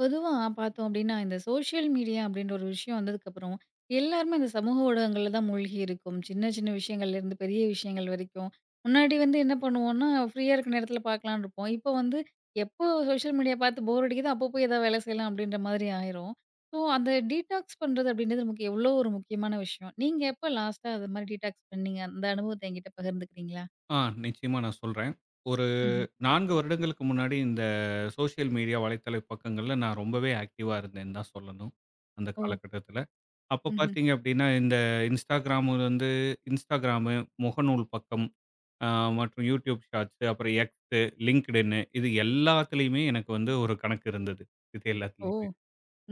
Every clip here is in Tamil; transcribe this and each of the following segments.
பொதுவா பார்த்தோம் அப்படின்னா, இந்த சோஷியல் மீடியா அப்படின்ற ஒரு விஷயம் வந்ததுக்கப்புறம், எல்லாருமே இந்த சமூக ஊடகங்கள்ல தான் மூழ்கி இருக்கோம். சின்ன சின்ன விஷயங்கள்லேருந்து பெரிய விஷயங்கள் வரைக்கும். முன்னாடி வந்து என்ன பண்ணுவோம்னா, ஃப்ரீயா இருக்க நேரத்தில பார்க்கலான்னு இருப்போம். இப்போ வந்து எப்போ சோஷியல் மீடியா பார்த்து போர் அடிக்குதோ, அப்போ போய் ஏதாவது வேலை செய்யலாம் அப்படின்ற மாதிரி ஆயிரும். ஸோ, அந்த டீடாக்ஸ் பண்றது அப்படின்றது நமக்கு எவ்வளோ ஒரு முக்கியமான விஷயம். நீங்க எப்போ லாஸ்ட்டா அது மாதிரி டீடாக்ஸ் பண்ணீங்க? அந்த அனுபவத்த என்கிட்ட பகிர்ந்துக்கிறீங்களா? ஆ. நிச்சயமா நான் சொல்றேன். ஒரு ம்ஹ்ம். 4 வருடங்களுக்கு முன்னாடி இந்த சோசியல் மீடியா வலைத்தள பக்கங்கள்ல நான் ரொம்பவே ஆக்டிவா இருந்தேன்னு தான் சொல்லணும். அந்த ஓ! காலகட்டத்தில. அப்ப ம்ஹ்ம். பார்த்தீங்க அப்படின்னா, இந்த Instagram வந்து Instagram, முகநூல் பக்கம் அ மற்றும் YouTube ஷார்ட்ஸ், அப்புறம் X, LinkedIn இது எல்லாத்துலயுமே எனக்கு வந்து ஒரு கணக்கு இருந்தது. இது ஓ! எல்லாத்துலயுமே.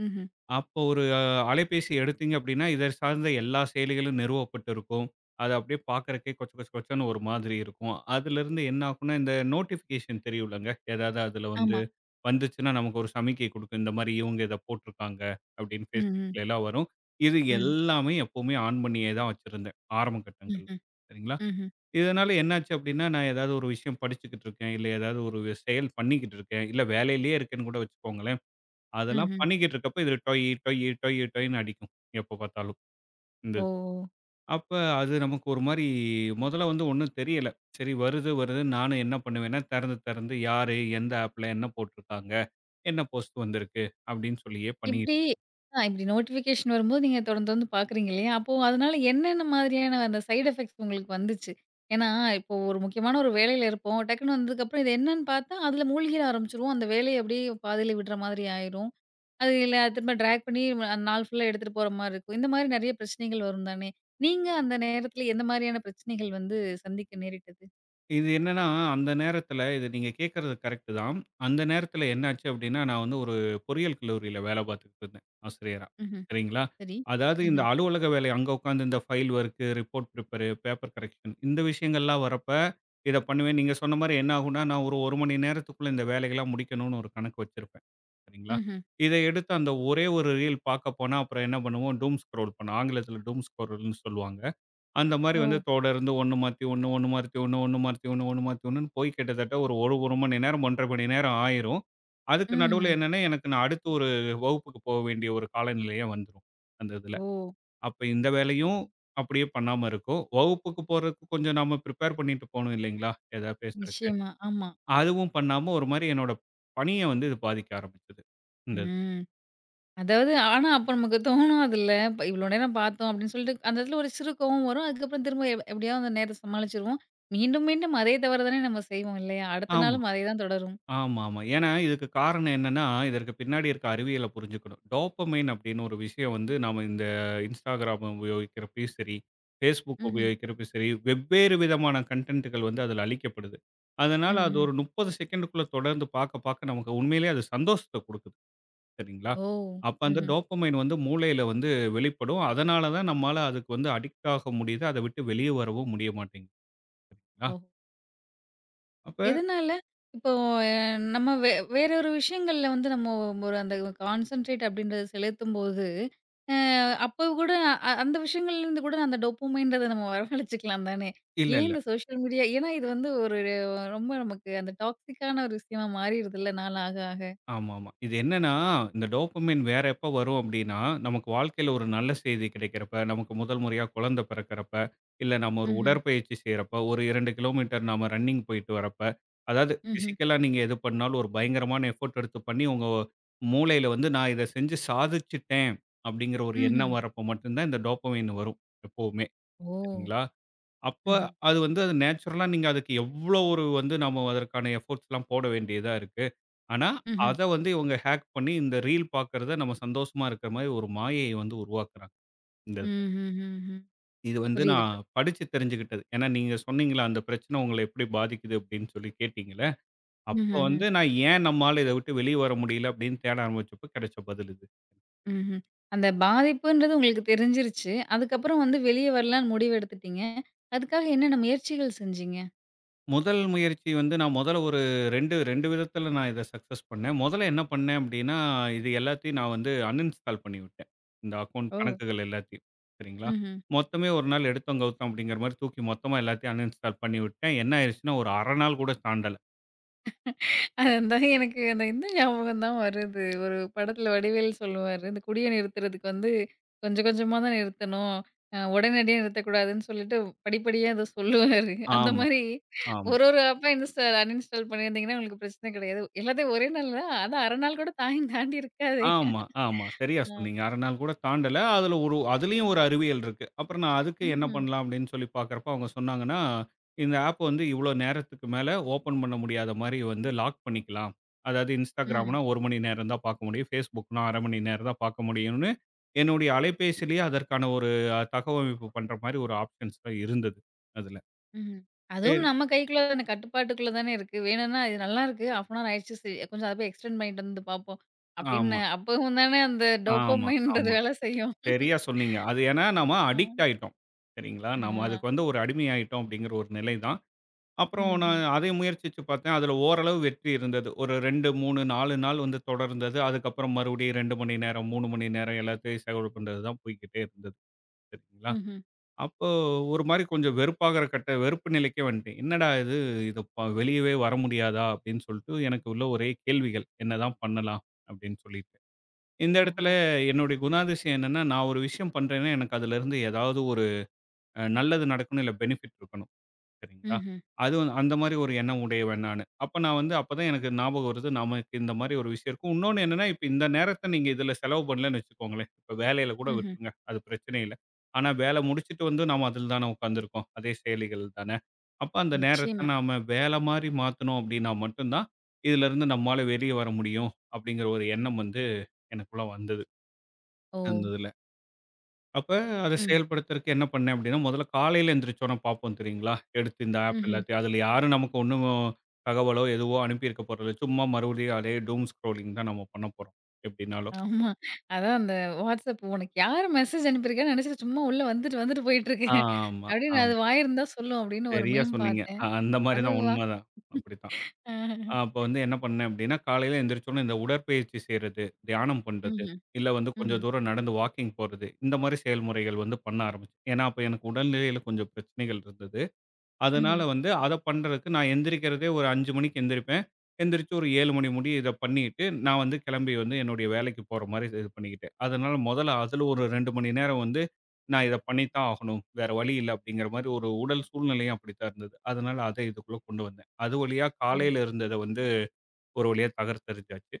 ம்ஹ்ம். அப்போ ஒரு அலைபேசி எடுத்தீங்க அப்படின்னா, இதை சார்ந்த எல்லா செயலிகளும் நிறுவப்பட்டு இருக்கும். அது அப்படியே பார்க்கறக்கே கொச்ச கொச்ச கொச்சன்னு ஒரு மாதிரி இருக்கும். அதிலிருந்து என்ன ஆகும்னா, இந்த நோட்டிஃபிகேஷன் தெரியும்லங்க. ஏதாவது அதில வந்து ஆமா. வந்துச்சுன்னா நமக்கு ஒரு சமிக்கை குடுக்கும். இந்த மாரி இவங்க இதை போட்டிருக்காங்க அப்படின்னு ம், ம், Facebookல எல்லாம் வரும். இது ம். எல்லாமே எப்பவுமே ஆன் பண்ணியே தான் வச்சிருந்தேன், ஆரம்ப கட்டங்கள்ல. ம்ஹ்ம். சரிங்களா? ம்ஹ்ம். இதனால என்னாச்சு அப்படின்னா, நான் ஏதாவது ஒரு விஷயம் படிச்சுக்கிட்டு இருக்கேன், இல்ல ஏதாவது ஒரு செயல் பண்ணிக்கிட்டு இருக்கேன், இல்ல வேலையிலேயே இருக்கேன்னு கூட வச்சுக்கோங்களேன். அதெல்லாம் ம்ஹ்ம். பண்ணிக்கிட்டு இருக்கப்ப, இதில டொய், டொய், டொய், டொய்ன்னு அடிக்கும். எப்ப பார்த்தாலும் இந்த ஓ! இது. அப்ப அது நமக்கு ஒரு மாரி முதல்ல வந்து ஒண்ணும் தெரியல. சரி வருது, வருதுன்னு நானும் என்ன பண்ணுவேன்னா, தெறந்து தெறந்து யாரு, எந்த ஆப்ல என்ன போட்டிருக்காங்க, என்ன போஸ்ட் வந்திருக்கு அப்படின்னு சொல்லியே இப்டி பண்ணிக்கிட்டு இப்டி நோட்டிஃபிகேஷன் வரும்போது நீங்க தொடர்ந்து தொடர்ந்து பார்க்குறீங்க இல்லையா? அப்போ அதனால என்னென்ன மாதிரியான அந்த சைட் எஃபெக்ட்ஸ் உங்களுக்கு வந்துச்சு? ஏன்னா, இப்போ ஒரு முக்கியமான ஒரு வேலையில இருப்போம். டக்குனு வந்ததுக்கப்புறம் இது என்னன்னு பார்த்தா, அதில மூழ்கிட ஆரம்பிச்சுருவோம். அந்த வேலைய அப்டியே பாதியில விடுற மாதிரி ஆயிரும். அது இல்ல திரும்ப ட்ராக் பண்ணி அந்த நாள் ஃபுல்லா எடுத்துட்டு போற மாரி இருக்கும். இந்த மாரி நெறைய பிரச்சனைகள் வரும் தானே? நீங்க அந்த நேரத்தில எந்த மாரியான பிரச்சனைகள் வந்து சந்திக்க நேரிட்டது? இது என்னன்னா, அந்த நேரத்தில இது நீங்க கேட்கிறது கரெக்ட் தான். அந்த நேரத்தில என்னாச்சு அப்டின்னா, நான் வந்து ஒரு பொறியியல் கல்லூரியில வேலை பார்த்துக்கிட்டு இருந்தேன், ஆசிரியரா. ம்ஹ்ம். சரிங்களா? சரி. அதாவது இந்த ம்ஹ்ம். அலுவலக வேலை அங்க உட்கார்ந்து இந்த file work, report prepare, paper correction இந்த விஷயங்கள்லாம் வரப்ப, இத பண்ணுவேன். நீங்க சொன்ன மாரி என்ன ஆகும்னா, நான் ஒரு 1 மணி நேரத்துக்குள்ள இந்த வேலைகள்லாம் முடிக்கணும்னு ஒரு கணக்கு வச்சிருப்பேன். சரிங்களா? ம்ஹ்ம். இத எடுத்து அந்த ஒரே ஒரு ரீல் பார்க்க போனா, அப்புறம் என்ன பண்ணுவோம் டூம் ஸ்க்ரோல் பண்ணுவோம். ஆங்கிலத்தில டூம் ஸ்க்ரோல்ன்னு சொல்லுவாங்க. அந்த மாரி ஓ! வந்து தொடர்ந்து 1 மாத்தி 1, 1 மாத்தி 1, 1 மாத்தி 1, 1 மாத்தி 1ன்னு போய் கிட்டத்தட்ட ஒரு 1 மணி நேரம், 1 1/2 மணி நேரம் ஆயிரும். அதுக்கு நடுவுல ம்ஹ்ம். என்னன்னா, எனக்கு நான் அடுத்து ஒரு வகுப்புக்கு போக வேண்டிய ஒரு காலநிலையே வந்துரும். அந்த இதுல. ஓ! அப்ப இந்த வேலையும் அப்படியே பண்ணாம இருக்கும். வகுப்புக்கு போறதுக்கு கொஞ்சம் நாம பிரிப்பேர் பண்ணிட்டு போணும் இல்லைங்களா? ஏதாவது பேசுறக்கு. நிச்சயமா. ஆமா. அதுவும் பண்ணாம ஒரு மாரி என்னோட பணிய வந்து இது பாதிக்க ஆரம்பிச்சது. இந்த இது. ம். அதாவது ஆனா, அப்ப நமக்கு தோணும் அதுல. இவ்ளோ நேரம் பார்த்தோம் அப்படின்னு சொல்லிட்டு, அந்த இடத்துல ஒரு சிறு கோவம் வரும். அதுக்கப்புறம் திரும்ப எப்படியாவது அந்த நேரத்த சமாளிச்சுருவோம். மீண்டும், மீண்டும் அதே தவறு தானே நம்ம செய்வோம் இல்லையா? அடுத்த ஆமா. நாளும் அதே தான் தொடரும். ஆமா, ஆமா. ஏன்னா, இதுக்கு காரணம் என்னன்னா, இதற்கு பின்னாடி இருக்க அறிவியல புரிஞ்சுக்கணும். டோப்பமைன் அப்படின்னு ஒரு விஷயம் வந்து நாம இந்த Instagram உபயோகிக்கிறப்பயும் சரி, Facebook ம்ஹ்ம். உபயோகிக்கிறப்பயும் சரி, வெவ்வேறு விதமான கன்டென்ட்டுகள் வந்து அதில அளிக்கப்படுது. அதனால அது ம்ஹ்ம். ஒரு 30 செகண்டுக்குள்ள தொடர்ந்து பார்க்க, பார்க்க நமக்கு உண்மையிலேயே அது சந்தோஷத்த குடுக்குது. சரிங்களா? ஓ! அப்ப அந்த ம்ஹ்ம். டோப்பமைன் வந்து மூளையில வந்து வெளிப்படும். அதனால தான் நம்மால அதுக்கு வந்து அடிக்ட் ஆக முடியுது. அத விட்டு வெளிய வரவும் முடிய மாட்டேங்குதுங்களா? ஓ! அப்ப எதனால? இப்போ அ நம்ம வேற ஒரு விஷயங்கள்ல வந்து நம்ம ஒரு அந்த கான்சன்ட்ரேட் அப்படின்றத செலுத்தும்போது, அ அப்போ கூட அந்த விஷயங்கள்லேருந்து கூட அந்த டோப்பமைன்றத நம்ம வரவழைச்சுக்கலாம் தானே! இல்ல, ஏன் இல்ல. இந்த சோஷியல் மீடியா ஏன்னா இது வந்து ஒரு ரொம்ப நமக்கு அந்த டாக்ஸிக்கான ஒரு விஷயமா மாறிருதுல்ல நாள் ஆக ஆக. ஆமாமா. இது என்னன்னா, இந்த டோபமைன் வேற எப்ப வரும் அப்டின்னா, நமக்கு வாழ்க்கையில ஒரு நல்ல செய்தி கிடைக்கிறப்ப, நமக்கு முதல் முறையா குழந்தை பிறக்கிறப்ப, இல்ல நம்ம ஒரு ம்ஹ்ம். உடற்பயிற்சி செய்றப்ப, ஒரு 2 கிலோமீட்டர் நாம ரன்னிங் போயிட்டு வரப்ப, அதாவது ம்ஹ்ம். பிசிக்கலா நீங்க எது பண்ணாலும் ஒரு பயங்கரமான எஃபோர்ட் எடுத்து பண்ணி, உங்க மூளையில வந்து நான் இத செஞ்சு சாதிச்சுட்டேன், அப்டிங்கிற ஒரு ம்ஹ்ம். எண்ணம் வரப்ப மட்டும் தான் இந்த டோபமைன் வரும் எப்பவுமே. ஓ! சரிங்களா? அப்ப ம்ஹ்ம். அது வந்து அது நேச்சுரலா நீங்க அதுக்கு எவ்ளோ ஒரு வந்து நம்ம அதற்கான எஃபோர்ட்ஸ்லாம் போட வேண்டியதா இருக்கு. ஆனா, ம்ஹ்ம். அத வந்து இவங்க ஹேக் பண்ணி இந்த ரீல் பார்க்கிறத நம்ம சந்தோஷமா இருக்கிற மாரி ஒரு மாயைய வந்து உருவாக்குறாங்க, இந்த இதுல. ம்ஹ்ஹ்ஹ்ம். இது வந்து புரியுது. நான் புரியுது. படிச்சு தெரிஞ்சுகிட்டது. ஏன்னா, நீங்க சொன்னீங்கல்ல அந்த பிரச்சனை உங்கள எப்படி பாதிக்குது அப்படின்னு சொல்லி கேட்டீங்கல்ல, அப்ப ம்ஹ்ஹ்ம். வந்து நான் ஏன் நம்மால இத விட்டு வெளிய வர முடியல அப்படின்னு தேட ஆரம்பிச்சப்ப கிடைச்ச பதில் இது. ம்ஹ்ம். அந்த பாதிப்புன்றது உங்களுக்கு தெரிஞ்சிருச்சு. அதுக்கப்புறம் வந்து வெளிய வரலான்னு முடிவு எடுத்துட்டீங்க. அதுக்காக என்னென்ன முயற்சிகள் செஞ்சீங்க? முதல் முயற்சி வந்து நான் முதல்ல ஒரு 2 விதத்துல நான் இத சக்சஸ் பண்ணேன். முதல்ல என்ன பண்ணேன் அப்டின்னா, இது எல்லாத்தையும் நான் வந்து அன்இன்ஸ்டால் பண்ணிவிட்டேன். இந்த அக்கவுண்ட் ஓ! கணக்குகள் எல்லாத்தையும். சரிங்களா? ம்ஹ்ம். மொத்தமே ஒரு நாள் எடுத்தோம் கவுத்தோம் அப்டிங்கிற மாரி தூக்கி மொத்தமா எல்லாத்தையும் அன்இன்ஸ்டால் பண்ணிவிட்டேன். என்ன ஆயிருச்சுன்னா, ஒரு 1/2 நாள் கூட தாண்டல. அதுதான் எனக்கு அந்த இந்த ஞாபகம் தான் வருது. ஒரு படத்துல வடிவேலு சொல்லுவாரு, "இந்த குடிய நிறுத்துறதுக்கு வந்து கொஞ்சம் கொஞ்சமா தான் நிறுத்தணும். உடனடியா நிறுத்தக்கூடாதுன்னு" சொல்லிட்டு படிப்படியா ஏதோ சொல்லுவாரு. அந்த ஆமா, மாரி ஆமா. ஒரு ஒரு ஆப்பா இன்ஸ்டால் அன்இன்ஸ்டால் பண்ணியிருந்தீங்கன்னா உங்களுக்கு பிரச்சன கிடையாது. எல்லாத்தையும் ஒரே நாள்ல அதான் 1/2 நாள் கூட தாயும் தாண்டி இருக்காதே. ஆமா, ஆமா. சரியா ஆ. சொன்னீங்க. 1/2 நாள் கூட தாண்டல. அதுல ஒரு அதுலயும் ஒரு அறிவியல் இருக்கு. அப்புறம் நான் அதுக்கு என்ன ம்ஹ்ம். பண்ணலாம் அப்படின்னு சொல்லி பார்க்கிறப்போ, அவங்க சொன்னாங்கன்னா, இந்த ஆப் வந்து இவ்வளோ நேரத்துக்கு மேல ஓப்பன் பண்ண முடியாத மாரி வந்து லாக் பண்ணிக்கலாம். அதாவது ம். Instagramனா 1 மணி நேரம் தான் பார்க்க முடியும். Facebookனா 1/2 மணி நேரம் தான் பார்க்க முடியும்னு, என்னுடைய அலைபேசியிலேயே அதற்கான ஒரு தகவமைப்பு பண்ற மாரி ஒரு ஆப்ஷன்ஸ்லாம் இருந்தது அதுல. ம்ஹ்ம். அதுவும் சரி. நம்ம கைக்குள்ள அந்த கட்டுப்பாட்டுக்குள்ள தானே இருக்கு. வேணும்னா இது நல்லாருக்கு. 1/2 அன் ஹவர் ஆயிடுச்சு. சரி கொஞ்சம் அத போய் எக்ஸ்டெண்ட் பண்ணிட்டு வந்து பார்ப்போம். ஆமா, அப்படின்னு அப்பவும் தானே அந்த ஆமா, டோப்பமைன்றது ஆமா. வேலை செய்யும். சரியா சொன்னீங்க. அது ஏன்னா நம்ம ஆ. அடிக்ட் ஆயிட்டோம். சரிங்களா? நம்ம ஆ. அதுக்கு வந்து ஒரு அடிமை ஆயிட்டோம் அப்படிங்கிற ஒரு நிலை தான். அப்புறம் ம்ஹ்ம். நான் அதை முயற்சிச்சு பார்த்தேன். அதில ஓரளவு வெற்றி இருந்தது. ஒரு 2, 3, 4 நாள் வந்து தொடர்ந்தது. அதுக்கப்புறம் மறுபடியும் 2 மணி நேரம், 3 மணி நேரம் எல்லாத்தையும் செலவு பண்றது தான் போய்க்கிட்டே இருந்தது. சரிங்களா? ம்ஹ்ம். அப்போ ஒரு மாரி கொஞ்சம் வெறுப்பாகிற கட்ட வெறுப்பு நிலைக்கே வந்துட்டேன். "என்னடா இது! இது ப வெளியவே வர முடியாதா?" அப்படின்னு சொல்லிட்டு எனக்கு உள்ள ஒரே கேள்விகள். "என்னதான் பண்ணலாம்?" அப்படின்னு சொல்லிட்டு. இந்த இடத்துல ஓஹோ! என்னுடைய குணாதிசயம் என்னன்னா, நான் ஒரு விஷயம் பண்றேன்னா, எனக்கு அதுலருந்து ஏதாவது ஒரு நல்லது நடக்கணும், இல்ல பெனிஃபிட் இருக்கணும். சரிங்களா? ம்ஹ்ம். அதுவும் அந்த மாரி ஒரு எண்ணம் உடையவன் நானு. அப்ப நான் வந்து அப்ப தான் எனக்கு ஞாபகம் வருது, நமக்கு இந்த மாரி ஒரு விஷயம் இருக்கும். இன்னொன்னு என்னன்னா, இப்ப இந்த நேரத்த நீங்க இதுல செலவு பண்ணலன்னு வச்சுக்கோங்களேன், இப்ப வேலையில கூட ம்ஹ்ம். விட்டுருங்க, அது பிரச்சனை இல்ல. ஆனா வேல முடிச்சுட்டு வந்து நாம அதில தானே உட்காந்துருக்கோம். அதே செயலிகள் தானே. அப்ப அந்த நேரத்த நிச்சயமா. நாம வேல மாரி மாத்தனோம் அப்டின்னா மட்டும் தான், இதுலருந்து நம்மால வெளிய வர முடியும், அப்டிங்கிற ஒரு எண்ணம் வந்து எனக்குள்ள வந்தது. ஓ! அந்த இதுல. அப்ப அத ம். செயல்படுத்துறதுக்கு என்ன பண்ணேன் அப்படின்னா, முதல்ல காலையில எந்திரிச்சோன பார்ப்போம் தெரியுங்களா? எடுத்து இந்த ஆப் ம்ஹ்ம். எல்லாத்தையும் அதுல யாரும் நமக்கு ஒண்ணும் தகவலோ, எதுவோ அனுப்பியிருக்க போறதில்ல. சும்மா மறுபடியும் அதே டூம் ஸ்க்ரோலிங் தான் நம்ம பண்ண போறோம் எப்படின்னாலும். ஆமா. அதான் அந்த WhatsApp உனக்கு யாரு மெசேஜ் அனுப்பியிருக்கான்னு நினைச்சுட்டு சும்மா உள்ள வந்துட்டு வந்துட்டு போயிட்டுருக்கு. ஆமா, அப்படின்னு ஆமா. அது வாயிருந்தா சொல்லும் அப்படின்னு ஒரு சரியா மீம் சொன்னீங்க. பார்த்தேன். அ அந்த மாரி அது தான் வா உண்மதான். அப்படித்தான். ம்ஹ்ம். அப்ப வந்து என்ன பண்ணேன் அப்படின்னா, காலையில எந்திரிச்சோன இந்த உடற்பயிற்சி செய்றது, தியானம் பண்றது, ம்ஹ்ம். இல்ல வந்து கொஞ்சம் தூரம் நடந்து வாக்கிங் போறது, இந்த மாரி செயல்முறைகள் வந்து பண்ண ஆரம்பிச்சேன். ஏன்னா, அப்ப எனக்கு உடல்நிலையில கொஞ்சம் பிரச்சனைகள் இருந்தது. அதனால ம்ஹ்ம். வந்து அத பண்றதுக்கு நான் எந்திரிக்கிறதே ஒரு 5 மணிக்கு எந்திரிப்பேன். எந்திரிச்சு ஒரு 7 மணி முடிய இத பண்ணிட்டு, நான் வந்து கிளம்பி வந்து என்னுடைய வேலைக்கு போற மாரி இது பண்ணிக்கிட்டேன். அதனால முதல்ல அதுல ஒரு 2 மணி நேரம் வந்து நான் இத பண்ணித்தான் ஆகணும். வேற வழி இல்ல அப்படிங்கிற மாரி ஒரு உடல் சூழ்நிலையும் அப்படித்தான் இருந்தது. அதனால அத இதுக்குள்ள கொண்டு வந்தேன். அது வழியா ஓ! காலையில இருந்தத வந்து ஒரு வழியா தகர்த்தெறிஞ்சாச்சு.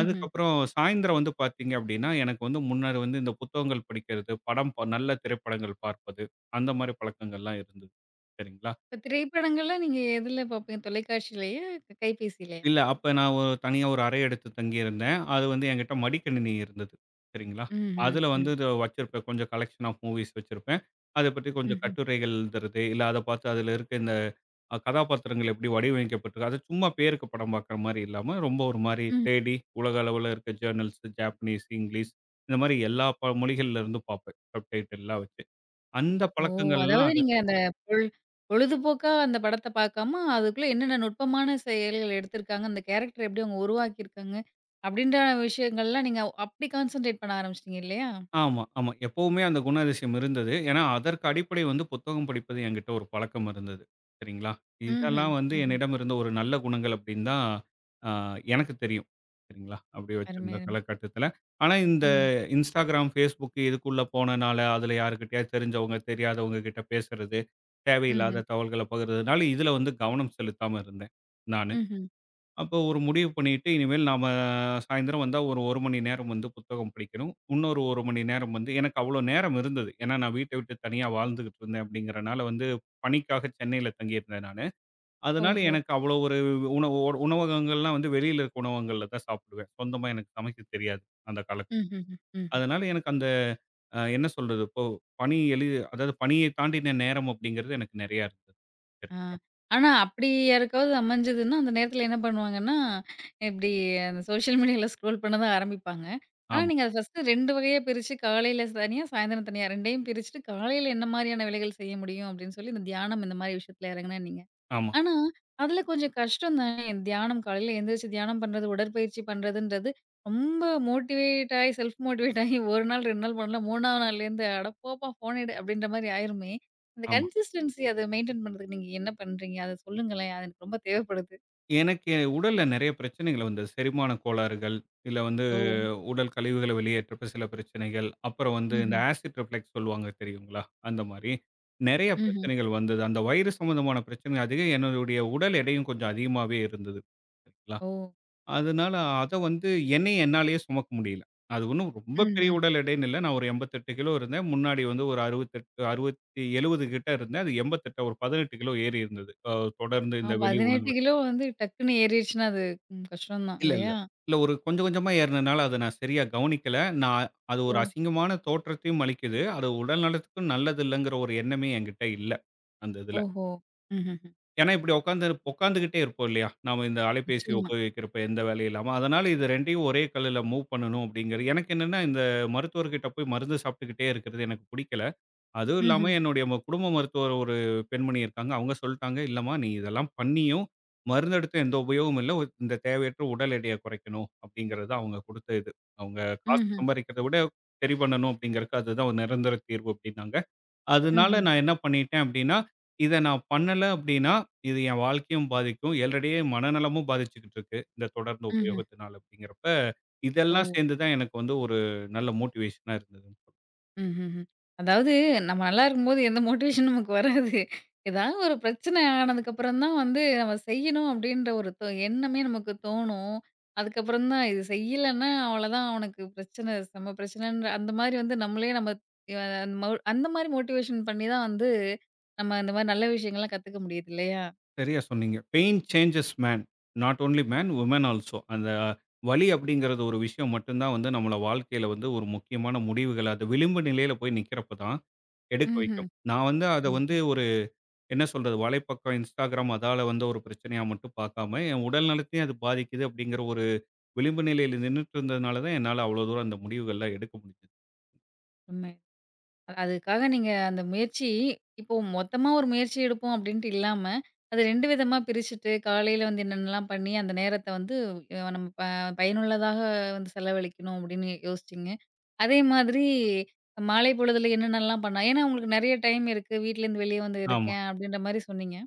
ம்ஹ்ம். சாயந்தரம் வந்து பார்த்தீங்க அப்படின்னா, எனக்கு வந்து முன்னாடி வந்து இந்த புத்தகங்கள் படிக்கிறது, நல்ல திரைப்படங்கள் பார்ப்பது, அந்த மாரி பழக்கங்கள்லாம் இருந்தது. சரிங்களா? இப்ப திரைப்படங்கள்ல நீங்க எதுல பார்ப்பீங்க? தொலைக்காட்சியிலயா? கைபேசியிலயா? இல்ல. அப்ப நான் தனியா ஒரு அறை எடுத்து தங்கியிருந்தேன். அது வந்து என்கிட்ட மடிக்கணினி இருந்தது. சரிங்களா? ம்ஹ்ம். அதுல வந்து ம். இத வச்சிருப்பேன். கொஞ்சம் கலெக்ஷன் ஆஃப் மூவிஸ் வச்சிருப்பேன். அத பத்தி கொஞ்சம் ம்ஹ்ம். கட்டுரைகள் எழுதுறது, இல்ல அத பார்த்து அதுல இருக்க இந்த கதாபாத்திரங்கள் எப்படி வடிவமைக்கப்பட்டிருக்கு. அது சும்மா பேருக்கு படம் பார்க்குற மாரி இல்லாம, ரொம்ப ஒரு மாரி ம். தேடி உலக அளவுல இருக்க ஜேர்னல்ஸ், ஜாப்பனீஸ், இங்கிலீஷ் இந்த மாரி எல்லா ப மொழிகள்ல இருந்தும் பார்ப்பேன். சப்டைட்டில்லாம் வச்சு. அந்த ஓ! பழக்கங்கள்லாம் அதாவது நீங்க அந்த பொழு பொழுதுபோக்கா அந்த படத்த பார்க்காம, அதுக்குள்ள என்னென்ன நுட்பமான செயல்கள் எடுத்திருக்காங்க, அந்த கேரக்டர் எப்படி அவங்க உருவாக்கியிருக்காங்க, அப்படின்ற விஷயங்கள்லாம் நீங்க அப்படி கான்சன்ட்ரேட் பண்ண ஆரம்பிச்சிட்டீங்க இல்லையா? ஆமா, ஆமா. எப்பவுமே அந்த குணாதிசயம் இருந்தது. ஏன்னா, அதற்கு அடிப்படை வந்து புத்தகம் படிப்பது என்கிட்ட ஒரு பழக்கம் இருந்தது. சரிங்களா? ம்ஹ்ம். இதெல்லாம் வந்து ம்ஹ்ம். என்னிடம் இருந்த ஒரு நல்ல குணங்கள் அப்படின்னு தான் அ எனக்கு தெரியும். சரிங்களா? அப்படி அருமை, வச்சிருந்த அருமை. காலகட்டத்தில. ஆனா, இந்த ஆமா. Instagram, Facebook இதுக்குள்ள போனனால, அதில யாருக்கிட்டயாவது தெரிஞ்சவங்க, தெரியாதவங்க கிட்ட பேசுறது, ம்ஹ்ம். தேவையில்லாத தகவல்கள பகிர்றதுனால, இதில வந்து கவனம் செலுத்தாம இருந்தேன், நானு. ம்ஹ்ம். அப்போ ஒரு முடிவு பண்ணிட்டு, இனிமேல் நாம சாயந்தரம் வந்தா ஒரு 1 மணி நேரம் வந்து புத்தகம் படிக்கணும். இன்னொரு 1 மணி நேரம் வந்து எனக்கு அவ்வளோ நேரம் இருந்தது. ஏன்னா, நான் வீட்ட விட்டு தனியா வாழ்ந்துகிட்டு இருந்தேன் அப்படிங்கிறனால வந்து பணிக்காக சென்னையில தங்கியிருந்தேன் நானு. அதனால ஓஹோ! எனக்கு அவ்வளோ ஒரு உணவு ஒரு உணவகங்கள்லாம் வந்து வெளியில இருக்க உணவகங்கள்ல தான் சாப்பிடுவேன். சொந்தமா எனக்கு சமைக்க தெரியாது அந்த காலத்துல. ம்ஹ்ஹ்ம். ம்ஹ்ம். அதனால எனக்கு அந்த என்ன சொல்றது? இப்போ பணி எளி அதாவது பணியை தாண்டின நேரம் அப்படிங்கிறது எனக்கு நெறையா இருந்தது. ஆ. சரிங்களா? ஆனா அப்படி யாருக்காவது அமைஞ்சதுன்னா, அந்த நேரத்தில என்ன பண்ணுவாங்கன்னா, இப்படி அந்த சோஷியல் மீடியால ஸ்க்ரோல் பண்ண தான் ஆரம்பிப்பாங்க. ஆனா ஆமா, நீங்க அத ஃபர்ஸ்ட்டு 2 வகையா பிரிச்சு காலையில தனியா, சாயந்தரம் தனியா 2யும் பிரிச்சுட்டு, காலையில என்ன மாரியான வேலைகள் செய்ய முடியும் அப்படின்னு சொல்லி, இந்த தியானம் இந்த மாரி விஷயத்தில இறங்குனா நீங்க ஆமா, ஆனா, அதுல கொஞ்சம் கஷ்டம் தானே. தியானம் காலையில எந்திரிச்சு தியானம் பண்றது, உடற்பயிற்சி பண்றதுன்றது ரொம்ப மோட்டிவேட் ஆயி, செல்ஃப் மோட்டிவேட் ஆயி 1 நாள், 2 நாள் பண்ணலாம். 3வது நாள்லேருந்து "அட போப்பா ஃபோன் எடு" அப்படின்ற மாரி ஆயிருமே. அந்த ஆமா. கன்சிஸ்டன்சி அத மெயின்டெயின் பண்றதுக்கு நீங்க என்ன பண்றீங்க? அத சொல்லுங்களேன். அது எனக்கு ரொம்ப தேவைப்படுது. எனக்கு என் உடல்ல நெறைய பிரச்சனைகள் வந்தது. செரிமான கோளாறுகள், இல்ல வந்து ஓ! உடல் கழிவுகள வெளியேற்றப்ப சில பிரச்சனைகள், அப்புறம் வந்து இந்த ம்ஹ்ம். ஆசிட் ரிஃப்ளெக்ஸ் சொல்லுவாங்க தெரியுங்களா? அந்த மாரி நெறைய ம்ஹ்ம். பிரச்சனைகள் வந்தது. அந்த வயிறு சம்மந்தமான பிரச்சனை அதிகம். என்னுடைய உடல் எடையும் கொஞ்சம் அதிகமாவே இருந்தது. சரிங்களா? ஓ! அதனால அத வந்து என்னைய என்னாலேயே சுமக்க முடியல. அது ஒண்ணும் ரொம்ப ம்ஹ்ம். பெரிய உடல் எடைன்னு இல்ல. நான் ஒரு 88 கிலோ இருந்தேன். முன்னாடி வந்து ஒரு 68, 60, 70 கிட்ட இருந்தேன். அது 88 ஒரு 18 கிலோ ஏறி இருந்தது. தொடர்ந்து ஆ இந்த வெளி 18 உணவுகள் கிலோ வந்து டக்குன்னு ஏறிடுச்சுன்னா, அது ம் கஷ்டம் தான் இல்ல, இல்ல. இல்லையா? இல்ல ஒரு கொஞ்சம் கொஞ்சமா ஏறுனனால அத நான் சரியா கவனிக்கல. நான் அது ஒரு ஓ! அசிங்கமான தோற்றத்தையும் அளிக்குது. அது உடல் நலத்துக்கும் நல்லது இல்லங்கிற ஒரு எண்ணமே என்கிட்ட இல்ல. அந்த இதுல. ஓஹோ! ம்ஹ்ஹ்ம். ஏன்னா இப்படி உட்காந்து உட்காந்துகிட்டே இருப்போம் இல்லையா? நாம இந்த அலைபேசிய நிச்சயமா. உபயோகிக்கிறப்ப எந்த வேலையும் இல்லாம. அதனால இது 2யும் ஒரே கல்லுல மூவ் பண்ணணும் அப்படிங்கிறது எனக்கு என்னன்னா இந்த மருத்துவர்கிட்ட போய் மருந்து சாப்பிட்டுக்கிட்டே இருக்கிறது எனக்கு புடிக்கல. அதுவும் இல்லாம ம்ஹ்ம். என்னுடைய குடும்ப மருத்துவர் ஒரு பெண்மணி இருக்காங்க. அவங்க சொல்ட்டாங்க, "இல்லம்மா நீ இதெல்லாம் பண்ணியும், மருந்தெடுத்து எந்த உபயோகமும் இல்ல. இந்த தேவையற்ற உடல் எடையை குறைக்கணும்." அப்படிங்கிறது அவங்க குடுத்த இது. அவங்க காசு ம்ஹ்ம். சம்பாரிக்கிறத விட சரி பண்ணணும் அப்படிங்கிறதுக்கு அதுதான் ஒரு நிரந்தர தீர்வு அப்படின்னாங்க. அதனால ம்ஹ்ம். நான் என்ன பண்ணிட்டேன் அப்படின்னா, இத நான் பண்ணல அப்படின்னா, இது என் வாழ்க்கையும் பாதிக்கும். ஆல்ரெடியே மனநலமும் பாதிச்சுக்கிட்டு இருக்கு. இந்த தொடர்ந்து ம்ஹ்ம். ம்ஹ்ம். உபயோகத்தினால அப்படிங்கிறப்ப, ஓ! இதெல்லாம் சேர்ந்து தான் எனக்கு வந்து ஒரு நல்ல மோட்டிவேஷனா இருந்தது. ம்ஹ்ஹ்ம். அதாவது நம்ம நல்லா இருக்கும்போது எந்த மோட்டிவேஷன் நமக்கு வராது. ஏதாவது ஒரு பிரச்சனை ஆனதுக்கப்புறம் தான் வந்து நம்ம செய்யணும் அப்டின்ற ஒரு எண்ணமே நமக்கு தோணும். அதுக்கப்புறம் தான் இது செய்யலன்னா அவ்வளோதான் அவனுக்கு பிரச்சனை, செம பிரச்சனைன்ற அந்த மாரி வந்து நம்மளே நம்ம அ ம அந்த மாரி மோட்டிவேஷன் பண்ணி தான் வந்து நம்ம இந்த மாரி நல்ல விஷயங்கள்லாம் கத்துக்க முடியுது இல்லையா? சரியா சொன்னீங்க. Pain changes man. Not only man, woman also. அந்த வலி அப்படிங்கிறது ஒரு விஷயம் மட்டும் தான் வந்து நம்மள வாழ்க்கையில வந்து ஒரு முக்கியமான முடிவுகள அது விளிம்பு நிலையில போய் நிக்கிறப்ப தான் எடுக்க ம்ஹ்ம். வைக்கும். நான் வந்து அத வந்து ம்ஹ்ம். ஒரு என்ன சொல்றது வலைப்பக்கம் Instagram அதால வந்து ஒரு பிரச்சனையா மட்டும் பார்க்காம, என் உடல் நலத்தையும் அது பாதிக்குது அப்படிங்கிற ஒரு விளிம்பு நிலையில நின்னுட்டு இருந்ததுனால தான் என்னால அவ்வளோ தூரம் அந்த முடிவுகள்லாம் எடுக்க முடிஞ்சது. உண்மை. அதுக்காக நீங்க அந்த முயற்சி இப்போ மொத்தமா ஒரு முயற்சி எடுப்போம் அப்படின்ட்டு இல்லாம, அது 2 விதமா பிரிச்சுட்டு, காலையில வந்து என்னென்னலாம் பண்ணி அந்த நேரத்த வந்து நம்ம பயனுள்ளதாக வந்து செலவழிக்கணும் அப்படின்னு யோசிச்சீங்க. அதே மாதிரி மாலை பொழுதுல என்னென்னலாம் பண்ணலாம்? ஏன்னா உங்களுக்கு நெறைய டைம் இருக்கு. வீட்லேருந்து வெளிய வந்து ஆமா, இருக்கேன் அப்படின்ற மாரி சொன்னீங்க.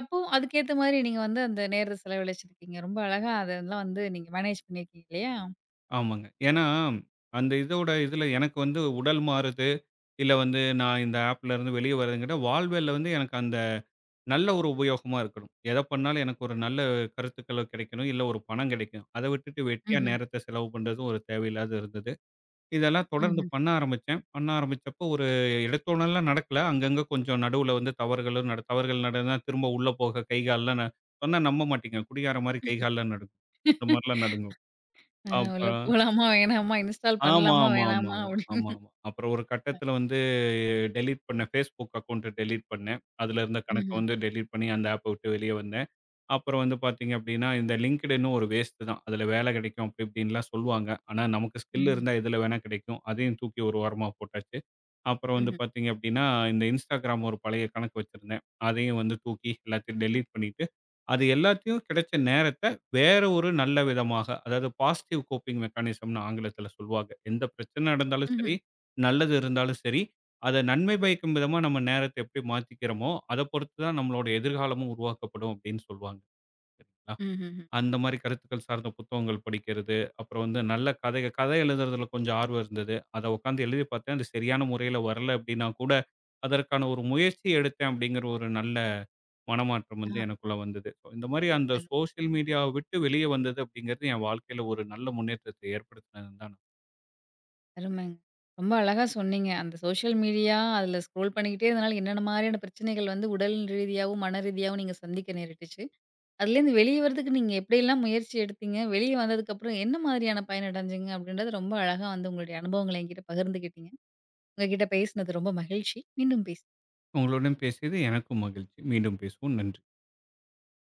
அப்போ அதுக்கேத்த மாரி நீங்க வந்து அந்த நேரத்த செலவழிச்சிருக்கீங்க. ரொம்ப அழகா அதெல்லாம் வந்து நீங்க மேனேஜ் பண்ணியிருக்கீங்க இல்லையா? ஆமாங்க. ஏன்னா, அந்த இதோட இதுல எனக்கு வந்து உடல் மாறுது. இல்ல வந்து நான் இந்த ஆப்லருந்து வெளிய வரதுங்கிட்ட வாழ்வியல்ல வந்து எனக்கு அந்த நல்ல ஒரு உபயோகமா இருக்கணும். எத பண்ணாலும் எனக்கு ஒரு நல்ல கருத்துக்கள் கிடைக்கணும். இல்ல ஒரு பணம் கிடைக்கணும். அத விட்டுட்டு வெட்டியா ம்ஹ்ம். நேரத்த செலவு பண்றதும் ஒரு தேவையில்லாத இருந்தது. இதெல்லாம் தொடர்ந்து ம்ஹ்ம். பண்ண ஆரம்பிச்சேன். பண்ண ஆரம்பிச்சப்போ ஒரு எடுத்தோனலாம் நடக்கல. அங்கங்க கொஞ்சம் நடுவுல வந்து தவறுகளும் தவறுகள் நடந்தா திரும்ப உள்ள போக கை கால்லாம் சொன்னா நம்ப மாட்டீங்க. குடிகார மாரி கை கால்லாம் நடுங்கும். இந்த மாரிலாம் நடுங்கும். அப்ப உள்ள போலாமா? வேணாமா? இன்ஸ்டால் ஆமா, பண்ணலாமா? ஆமா, ஆமா, வேணாமா? ஆமா, ஆமா, ஆமா. அப்புறம் ஒரு கட்டத்தில வந்து டெலீட் பண்ணேன். Facebook அக்கவுண்ட்ட டெலீட் பண்ணேன். அதில இருந்த கணக்க அப்படின்னு. வந்து டெலீட் பண்ணி அந்த ஆப்ப விட்டு வெளிய வந்தேன். அப்புறம் வந்து பார்த்தீங்க அப்டின்னா, இந்த LinkedIn ஒரு வேஸ்ட்டு தான். அதில வேல கிடைக்கும் அப்டி இப்டின்லாம் சொல்லுவாங்க. ஆனா நமக்கு ஸ்கில் ம்ஹ்ம். இருந்தா எதுல வேணா கிடைக்கும். அதையும் தூக்கி ஒரு ஓரமா போட்டாச்சு. அப்புறம் வந்து ம்ஹ்ம். பார்த்தீங்க அப்படின்னா, இந்த Instagram ஒரு பழைய கணக்கு வச்சிருந்தேன். அதையும் வந்து தூக்கி எல்லாத்தையும் டெலீட் பண்ணிட்டு, அது எல்லாத்தையும் கிடைச்ச நேரத்த வேற ஒரு நல்ல விதமாக, அதாவது பாசிட்டிவ் கோப்பிங் மெக்கானிசம்னு ஆங்கிலத்தில சொல்வாங்க. எந்த பிரச்சனை நடந்தாலும் சரி, ம்ஹ்ம். நல்லது இருந்தாலும் சரி, அத நன்மை பயக்கும் விதமா நம்ம நேரத்த எப்படி மாத்திக்கிறோமோ, அத பொறுத்து தான் நம்மளோட எதிர்காலமும் உருவாக்கப்படும் அப்படின்னு சொல்வாங்க. ம்ஹ்ம். அந்த மாரி கருத்துக்கள் சார்ந்த புத்தகங்கள் படிக்கிறது. அப்புறம் வந்து நல்ல கதை கதை எழுதுறதுல கொஞ்சம் ஆர்வம் இருந்தது. அத உட்காந்து எழுதி பார்த்தேன். அது சரியான முறையில வரல அப்படின்னா கூட, அதற்கான ஒரு முயற்சி எடுத்தேன் அப்படிங்கிற ஒரு நல்ல மனமாற்றம் வந்து ஆ. எனக்குள்ள வந்தது. So, இந்த மாரி அந்த அரு சோசியல் மீடியாவ விட்டு வெளியே வந்தது அப்படிங்கிறது என் வாழ்க்கையில ஒரு நல்ல முன்னேற்றத்தை ஏற்படுத்தினதுன்னு தான். அருமைங்க. ரொம்ப அழகா சொன்னீங்க. அந்த சோஷியல் மீடியா அதில ஸ்க்ரோல் பண்ணிக்கிட்டே இருந்தனால என்னென்ன மாரியான பிரச்சனைகள் வந்து உடல் ரீதியாவும், மன ரீதியாவும் நீங்க சந்திக்க நேரிட்டுச்சு. அதுலேருந்து வெளிய வரதுக்கு நீங்க எப்படியெல்லாம் முயற்சி எடுத்தீங்க? வெளிய வந்ததுக்கப்புறம் என்ன மாதிரியான பயன் அடைஞ்சீங்க? அப்படின்றத ரொம்ப அழகா வந்து உங்களுடைய அனுபவங்கள என்கிட்ட பகிர்ந்துக்கிட்டீங்க. உங்க கிட்ட பேசினது ரொம்ப மகிழ்ச்சி. மீண்டும் பேச உங்களுடன் பேசியது எனக்கும் மகிழ்ச்சி. மீண்டும் பேசுவோம். நன்றி.